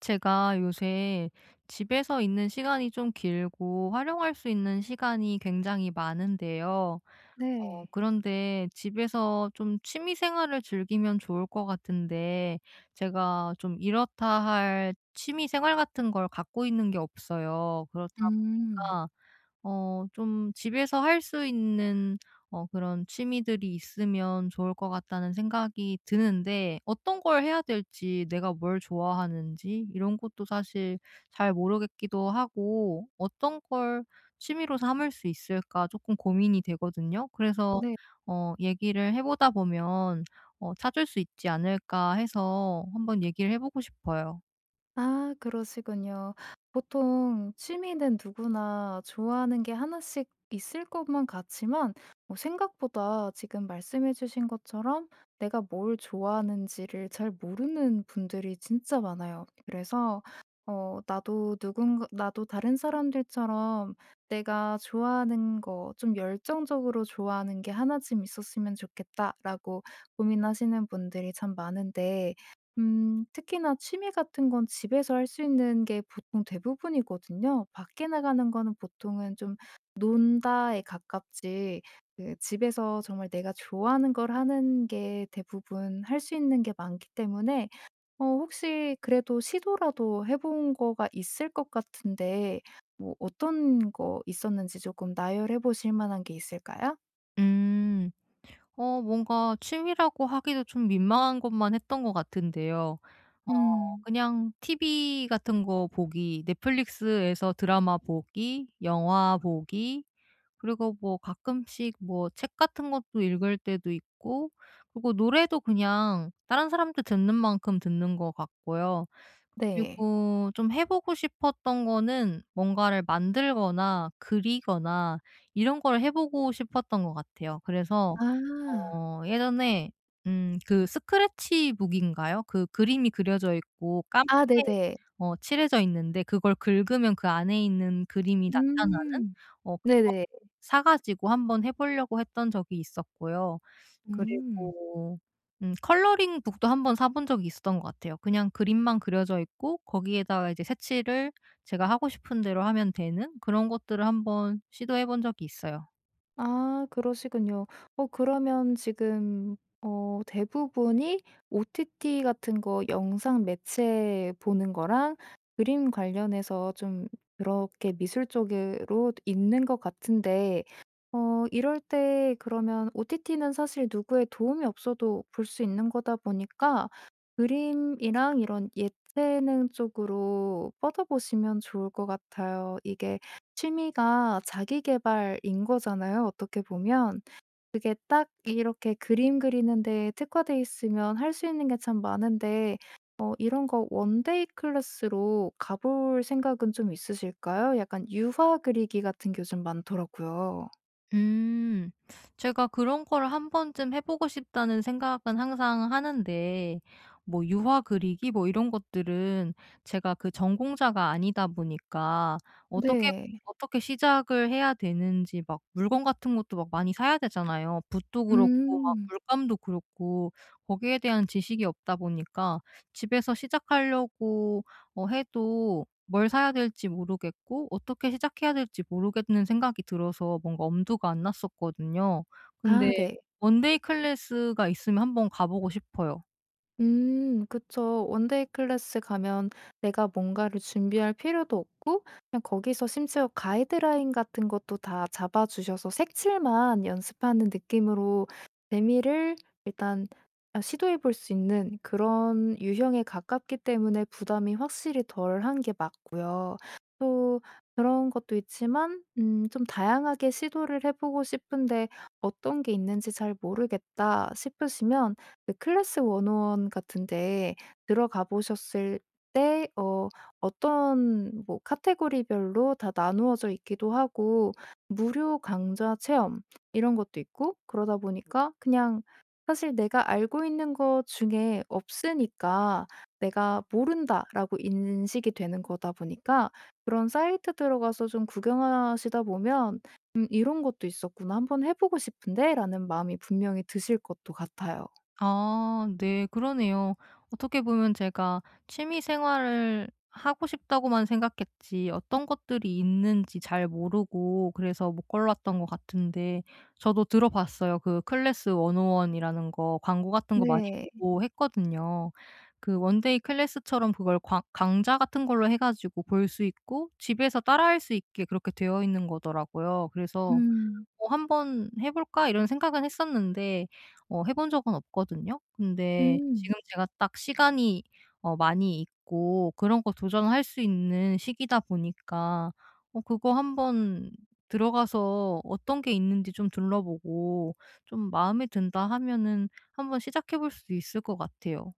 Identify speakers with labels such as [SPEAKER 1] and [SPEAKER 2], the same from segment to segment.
[SPEAKER 1] 제가 요새 집에서 있는 시간이 좀 길고 활용할 수 있는 시간이 굉장히 많은데요. 어
[SPEAKER 2] 네.
[SPEAKER 1] 그런데 집에서 좀 취미 생활을 즐기면 좋을 것 같은데, 제가 좀 이렇다 할 취미 생활 같은 걸 갖고 있는 게 없어요. 그렇다
[SPEAKER 2] 음.
[SPEAKER 1] 보니까 좀 집에서 할 수 있는 그런 취미들이 있으면 좋을 것 같다는 생각이 드는데, 어떤 걸 해야 될지, 내가 뭘 좋아하는지 이런 것도 사실 잘 모르겠기도 하고, 어떤 걸 취미로 삼을 수 있을까 조금 고민이 되거든요. 그래서
[SPEAKER 2] 네.
[SPEAKER 1] 얘기를 해 보다 보면 찾을 수 있지 않을까 해서 한번 얘기를 해 보고 싶어요.
[SPEAKER 2] 아, 그러시군요. 보통 취미는 누구나 좋아하는 게 하나씩 있을 것만 같지만, 뭐 생각보다 지금 말씀해 주신 것처럼 내가 뭘 좋아하는지를 잘 모르는 분들이 진짜 많아요. 그래서 나도 다른 사람들처럼 내가 좋아하는 거 좀 열정적으로 좋아하는 게 하나쯤 있었으면 좋겠다라고 고민하시는 분들이 참 많은데, 특히나 취미 같은 건 집에서 할 수 있는 게 보통 대부분이거든요. 밖에 나가는 거는 보통은 좀 논다에 가깝지, 그 집에서 정말 내가 좋아하는 걸 하는 게 대부분 할 수 있는 게 많기 때문에. 혹시 그래도 시도라도 해본 거가 있을 것 같은데, 뭐 어떤 거 있었는지 조금 나열해 보실 만한 게 있을까요?
[SPEAKER 1] 음. 뭔가 취미라고 하기도 좀 민망한 것만 했던 것 같은데요. 어
[SPEAKER 2] 음.
[SPEAKER 1] 그냥 TV 같은 거 보기, 넷플릭스에서 드라마 보기, 영화 보기, 그리고 뭐 가끔씩 뭐 책 같은 것도 읽을 때도 있고, 그리고 노래도 그냥 다른 사람들 듣는 만큼 듣는 것 같고요.
[SPEAKER 2] 네.
[SPEAKER 1] 그리고 좀 해 보고 싶었던 거는 뭔가를 만들거나 그리거나 이런 걸 해 보고 싶었던 것 같아요. 그래서
[SPEAKER 2] 아.
[SPEAKER 1] 예전에 그 스크래치북인가요? 그 그림이 그려져 있고
[SPEAKER 2] 아,
[SPEAKER 1] 까맣게
[SPEAKER 2] 네네.
[SPEAKER 1] 칠해져 있는데, 그걸 긁으면 그 안에 있는 그림이 나타나는,
[SPEAKER 2] 음.
[SPEAKER 1] 그거
[SPEAKER 2] 네네.
[SPEAKER 1] 사 가지고 한번 해 보려고 했던 적이 있었고요.
[SPEAKER 2] 음.
[SPEAKER 1] 그리고 컬러링 북도 한번 사본 적이 있었던 것 같아요. 그냥 그림만 그려져 있고 거기에다가 이제 색칠을 제가 하고 싶은 대로 하면 되는 그런 것들을 한번 시도해 본 적이 있어요.
[SPEAKER 2] 아, 그러시군요. 그러면 지금 대부분이 OTT 같은 거 영상 매체 보는 거랑, 그림 관련해서 좀 그렇게 미술 쪽으로 있는 것 같은데, 이럴 때 그러면 OTT는 사실 누구의 도움이 없어도 볼 수 있는 거다 보니까, 그림이랑 이런 예체능 쪽으로 뻗어보시면 좋을 것 같아요. 이게 취미가 자기 개발인 거잖아요, 어떻게 보면. 그게 딱 이렇게 그림 그리는 데에 특화돼 있으면 할 수 있는 게 참 많은데, 이런 거 원데이 클래스로 가볼 생각은 좀 있으실까요? 약간 유화 그리기 같은 게 요즘 많더라고요.
[SPEAKER 1] 음. 제가 그런 거를 한 번쯤 해 보고 싶다는 생각은 항상 하는데, 뭐 유화 그리기 뭐 이런 것들은 제가 그 전공자가 아니다 보니까, 어떻게
[SPEAKER 2] 네.
[SPEAKER 1] 어떻게 시작을 해야 되는지, 막 물건 같은 것도 막 많이 사야 되잖아요. 붓도 그렇고 막
[SPEAKER 2] 음.
[SPEAKER 1] 물감도 그렇고, 거기에 대한 지식이 없다 보니까 집에서 시작하려고 해도 뭘 사야 될지 모르겠고 어떻게 시작해야 될지 모르겠는 생각이 들어서 뭔가 엄두가 안 났었거든요.
[SPEAKER 2] 아,
[SPEAKER 1] 근데
[SPEAKER 2] 네.
[SPEAKER 1] 원데이 클래스가 있으면 한번 가 보고 싶어요.
[SPEAKER 2] 그쵸. 원데이 클래스 가면 내가 뭔가를 준비할 필요도 없고, 그냥 거기서 심지어 가이드라인 같은 것도 다 잡아 주셔서 색칠만 연습하는 느낌으로 재미를 일단 아, 시도해 볼 수 있는 그런 유형에 가깝기 때문에 부담이 확실히 덜한 게 맞고요. 또 그런 것도 있지만 좀 다양하게 시도를 해 보고 싶은데 '어떤 게 있는지 잘 모르겠다.' 싶으시면, 그 클래스 101 같은데 들어가 보셨을 때 어떤 뭐 카테고리별로 다 나누어져 있기도 하고, 무료 강좌 체험 이런 것도 있고, 그러다 보니까, 그냥 사실 내가 알고 있는 것 중에 없으니까 '내가 모른다.'라고 인식이 되는 거다 보니까, 그런 사이트 들어가서 좀 구경하시다 보면 '음, 이런 것도 있었구나. 한번 해 보고 싶은데.'라는 마음이 분명히 드실 것도 같아요.
[SPEAKER 1] 아 네, 그러네요. 어떻게 보면 제가 취미 생활을 하고 싶다고만 생각했지 어떤 것들이 있는지 잘 모르고 그래서 못 골랐던 것 같은데, 저도 들어봤어요. 그 클래스 101 이라는 거 광고 같은 거 많이
[SPEAKER 2] 네.
[SPEAKER 1] 보고 했거든요. 그 원데이 클래스처럼 그걸 강좌 같은 걸로 해 가지고 볼 수 있고 집에서 따라할 수 있게 그렇게 되어 있는 거더라고요. 그래서
[SPEAKER 2] 음.
[SPEAKER 1] '한번 해 볼까?' 이런 생각은 했었는데 해본 적은 없거든요. 근데
[SPEAKER 2] 음.
[SPEAKER 1] 지금 제가 딱 시간이 많이 있고, 그런 거 도전할 수 있는 시기다 보니까 그거 한번 들어가서 어떤 게 있는지 좀 둘러보고, 좀 마음에 든다 하면은 한번 시작해 볼 수 있을 것 같아요.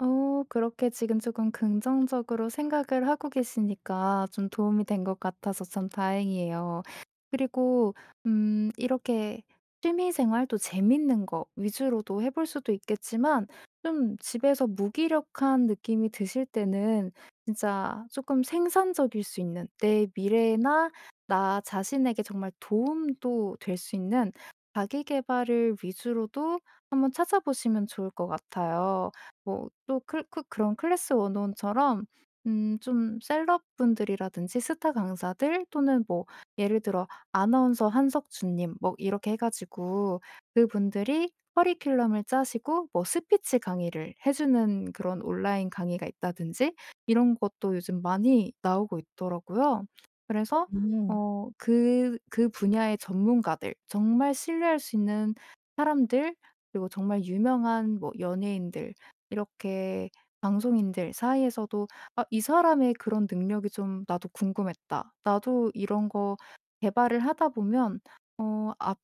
[SPEAKER 2] 그렇게 지금 조금 긍정적으로 생각을 하고 계시니까 좀 도움이 된 것 같아서 참 다행이에요. 그리고 이렇게 취미 생활도 재밌는 거 위주로도 해볼 수도 있겠지만, 좀 집에서 무기력한 느낌이 드실 때는 진짜 조금 생산적일 수 있는 내 미래나 나 자신에게 정말 도움도 될 수 있는 자기 개발을 위주로도 한번 찾아보시면 좋을 것 같아요. 뭐 또 그런 클래스 원온처럼 좀 셀럽분들이라든지 스타 강사들, 또는 뭐 예를 들어 아나운서 한석준 님, 뭐 이렇게 해 가지고 그분들이 커리큘럼을 짜시고 뭐 스피치 강의를 해 주는 그런 온라인 강의가 있다든지, 이런 것도 요즘 많이 나오고 있더라고요. 그래서
[SPEAKER 1] 오.
[SPEAKER 2] 그 분야의 전문가들, 정말 신뢰할 수 있는 사람들, 그리고 정말 유명한 뭐 연예인들, 이렇게 방송인들 사이에서도 '아, 이 사람의 그런 능력이 좀 나도 궁금했다. 나도 이런 거 개발을 하다 보면 어 앞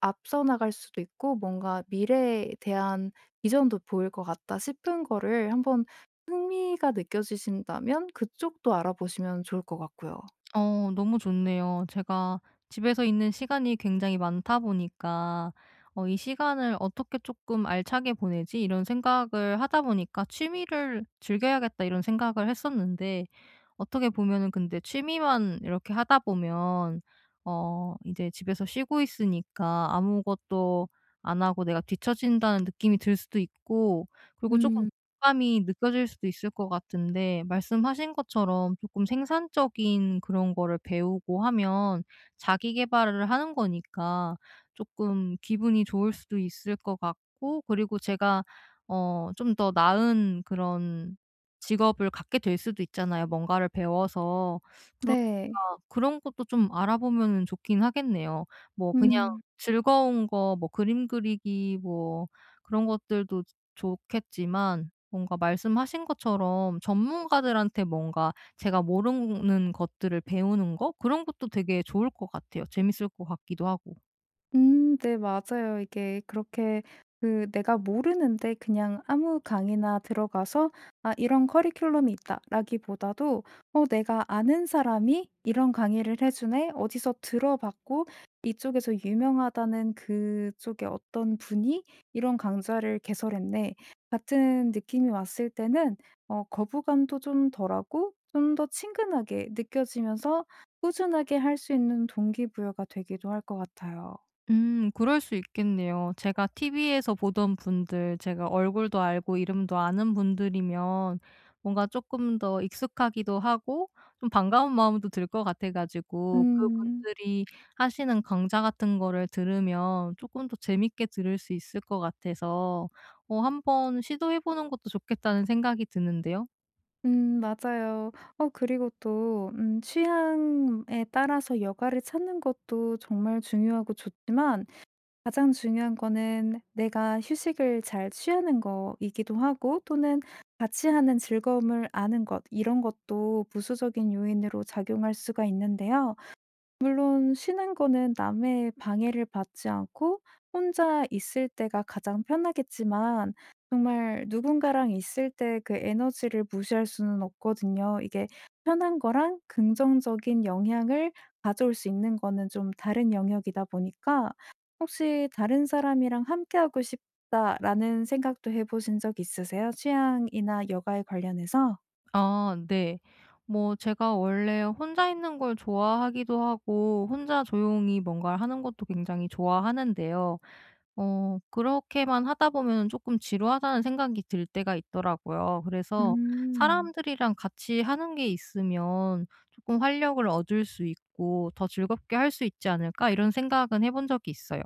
[SPEAKER 2] 앞서 나갈 수도 있고, 뭔가 미래에 대한 비전도 보일 것 같다.' 싶은 거를 한번, 흥미가 느껴지신다면 그쪽도 알아보시면 좋을 것 같고요.
[SPEAKER 1] 너무 좋네요. 제가 집에서 있는 시간이 굉장히 많다 보니까 '이 시간을 어떻게 조금 알차게 보내지?' 이런 생각을 하다 보니까 '취미를 즐겨야겠다.' 이런 생각을 했었는데, 어떻게 보면은 근데 취미만 이렇게 하다 보면 이제 집에서 쉬고 있으니까 아무것도 안 하고 내가 뒤처진다는 느낌이 들 수도 있고, 그리고 조금 부
[SPEAKER 2] 음.
[SPEAKER 1] 담감이 느껴질 수도 있을 것 같은데, 말씀하신 것처럼 조금 생산적인 그런 거를 배우고 하면 자기 개발을 하는 거니까 조금 기분이 좋을 수도 있을 것 같고, 그리고 제가 좀 더 나은 그런 직업을 갖게 될 수도 있잖아요, 뭔가를 배워서. 그러니까
[SPEAKER 2] 네.
[SPEAKER 1] 그런 것도 좀 알아보면은 좋긴 하겠네요. 뭐 그냥
[SPEAKER 2] 음.
[SPEAKER 1] 즐거운 거, 뭐 그림 그리기, 뭐 그런 것들도 좋겠지만 뭔가 말씀하신 것처럼 전문가들한테 뭔가 제가 모르는 것들을 배우는 거, 그런 것도 되게 좋을 것 같아요. 재밌을 것 같기도 하고.
[SPEAKER 2] 음, 네, 맞아요. 이게 그렇게 그 내가 모르는데 그냥 아무 강의나 들어가서 '아, 이런 커리큘럼이 있다.'라기보다도, '내가 아는 사람이 이런 강의를 해 주네.' 어디서 들어봤고, 이쪽에서 유명하다는 그쪽의 어떤 분이 '이런 강좌를 개설했네.' 같은 느낌이 왔을 때는 거부감도 좀 덜하고 좀 더 친근하게 느껴지면서 꾸준하게 할 수 있는 동기부여가 되기도 할 것 같아요.
[SPEAKER 1] 그럴 수 있겠네요. 제가 TV에서 보던 분들, 제가 얼굴도 알고 이름도 아는 분들이면 뭔가 조금 더 익숙하기도 하고 좀 반가운 마음도 들 것 같아 가지고,
[SPEAKER 2] 음.
[SPEAKER 1] 그분들이 하시는 강좌 같은 거를 들으면 조금 더 재밌게 들을 수 있을 것 같아서 한번 시도해 보는 것도 좋겠다는 생각이 드는데요.
[SPEAKER 2] 음, 맞아요. 그리고 또 취향에 따라서 여가를 찾는 것도 정말 중요하고 좋지만, 가장 중요한 거는 내가 휴식을 잘 취하는 거이기도 하고, 또는 같이 하는 즐거움을 아는 것, 이런 것도 부수적인 요인으로 작용할 수가 있는데요. 물론 쉬는 거는 남의 방해를 받지 않고 혼자 있을 때가 가장 편하겠지만, 정말 누군가랑 있을 때 그 에너지를 무시할 수는 없거든요. 이게 편한 거랑 긍정적인 영향을 가져올 수 있는 거는 좀 다른 영역이다 보니까, 혹시 '다른 사람이랑 함께하고 싶다.'라는 생각도 해 보신 적 있으세요? 취향이나 여가에 관련해서?
[SPEAKER 1] 아 네. 뭐 제가 원래 혼자 있는 걸 좋아하기도 하고 혼자 조용히 뭔가를 하는 것도 굉장히 좋아하는데요. 그렇게만 하다 보면 조금 지루하다는 생각이 들 때가 있더라고요. 그래서
[SPEAKER 2] 음.
[SPEAKER 1] 사람들이랑 같이 하는 게 있으면 조금 활력을 얻을 수 있고 '더 즐겁게 할 수 있지 않을까?' 이런 생각은 해본 적이 있어요.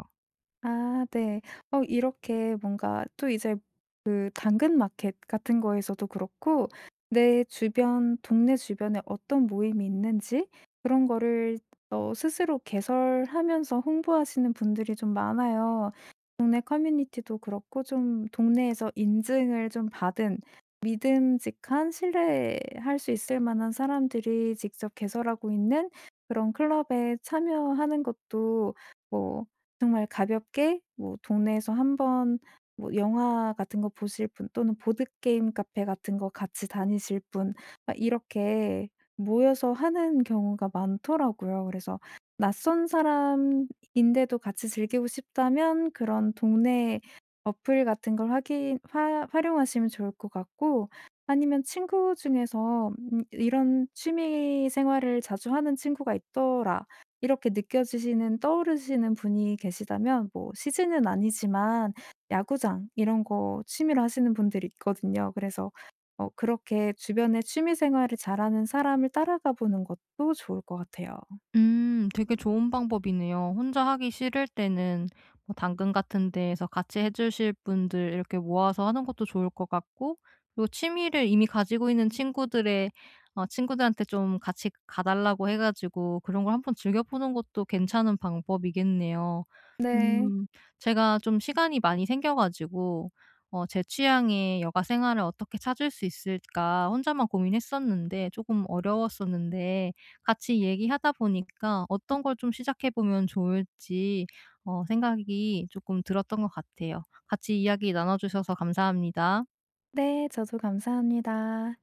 [SPEAKER 2] 아, 네. 이렇게 뭔가 또 이제 그 당근 마켓 같은 거에서도 그렇고 내 주변 동네 주변에 어떤 모임이 있는지, 그런 거를 스스로 개설하면서 홍보하시는 분들이 좀 많아요. 동네 커뮤니티도 그렇고, 좀 동네에서 인증을 좀 받은 믿음직한 신뢰할 수 있을 만한 사람들이 직접 개설하고 있는 그런 클럽에 참여하는 것도 뭐 정말 가볍게, 뭐 동네에서 한번 뭐 영화 같은 거 보실 분, 또는 보드게임 카페 같은 거 같이 다니실 분, 막 이렇게 모여서 하는 경우가 많더라고요. 그래서 낯선 사람인데도 같이 즐기고 싶다면 그런 동네 어플 같은 걸 확인, 화 활용하시면 좋을 것 같고, 아니면 친구 중에서 '이런 취미 생활을 자주 하는 친구가 있더라.' 이렇게 느껴지시는, 떠오르시는 분이 계시다면, 뭐 시즌은 아니지만 야구장 이런 거 취미로 하시는 분들이 있거든요. 그래서 그렇게 주변에 취미 생활을 잘하는 사람을 따라가 보는 것도 좋을 것 같아요.
[SPEAKER 1] 되게 좋은 방법이네요. 혼자 하기 싫을 때는 뭐 당근 같은 데에서 같이 해 주실 분들 이렇게 모아서 하는 것도 좋을 것 같고, 그리고 취미를 이미 가지고 있는 친구들의 친구들한테 좀 같이 가 달라고 해 가지고 그런 걸 한번 즐겨 보는 것도 괜찮은 방법이겠네요.
[SPEAKER 2] 네.
[SPEAKER 1] 음 제가 좀 시간이 많이 생겨 가지고 제 취향의 여가 생활을 어떻게 찾을 수 있을까 혼자만 고민했었는데 조금 어려웠었는데, 같이 얘기하다 보니까 어떤 걸 좀 시작해 보면 좋을지 생각이 조금 들었던 것 같아요. 같이 이야기 나눠 주셔서 감사합니다.
[SPEAKER 2] 네, 저도 감사합니다.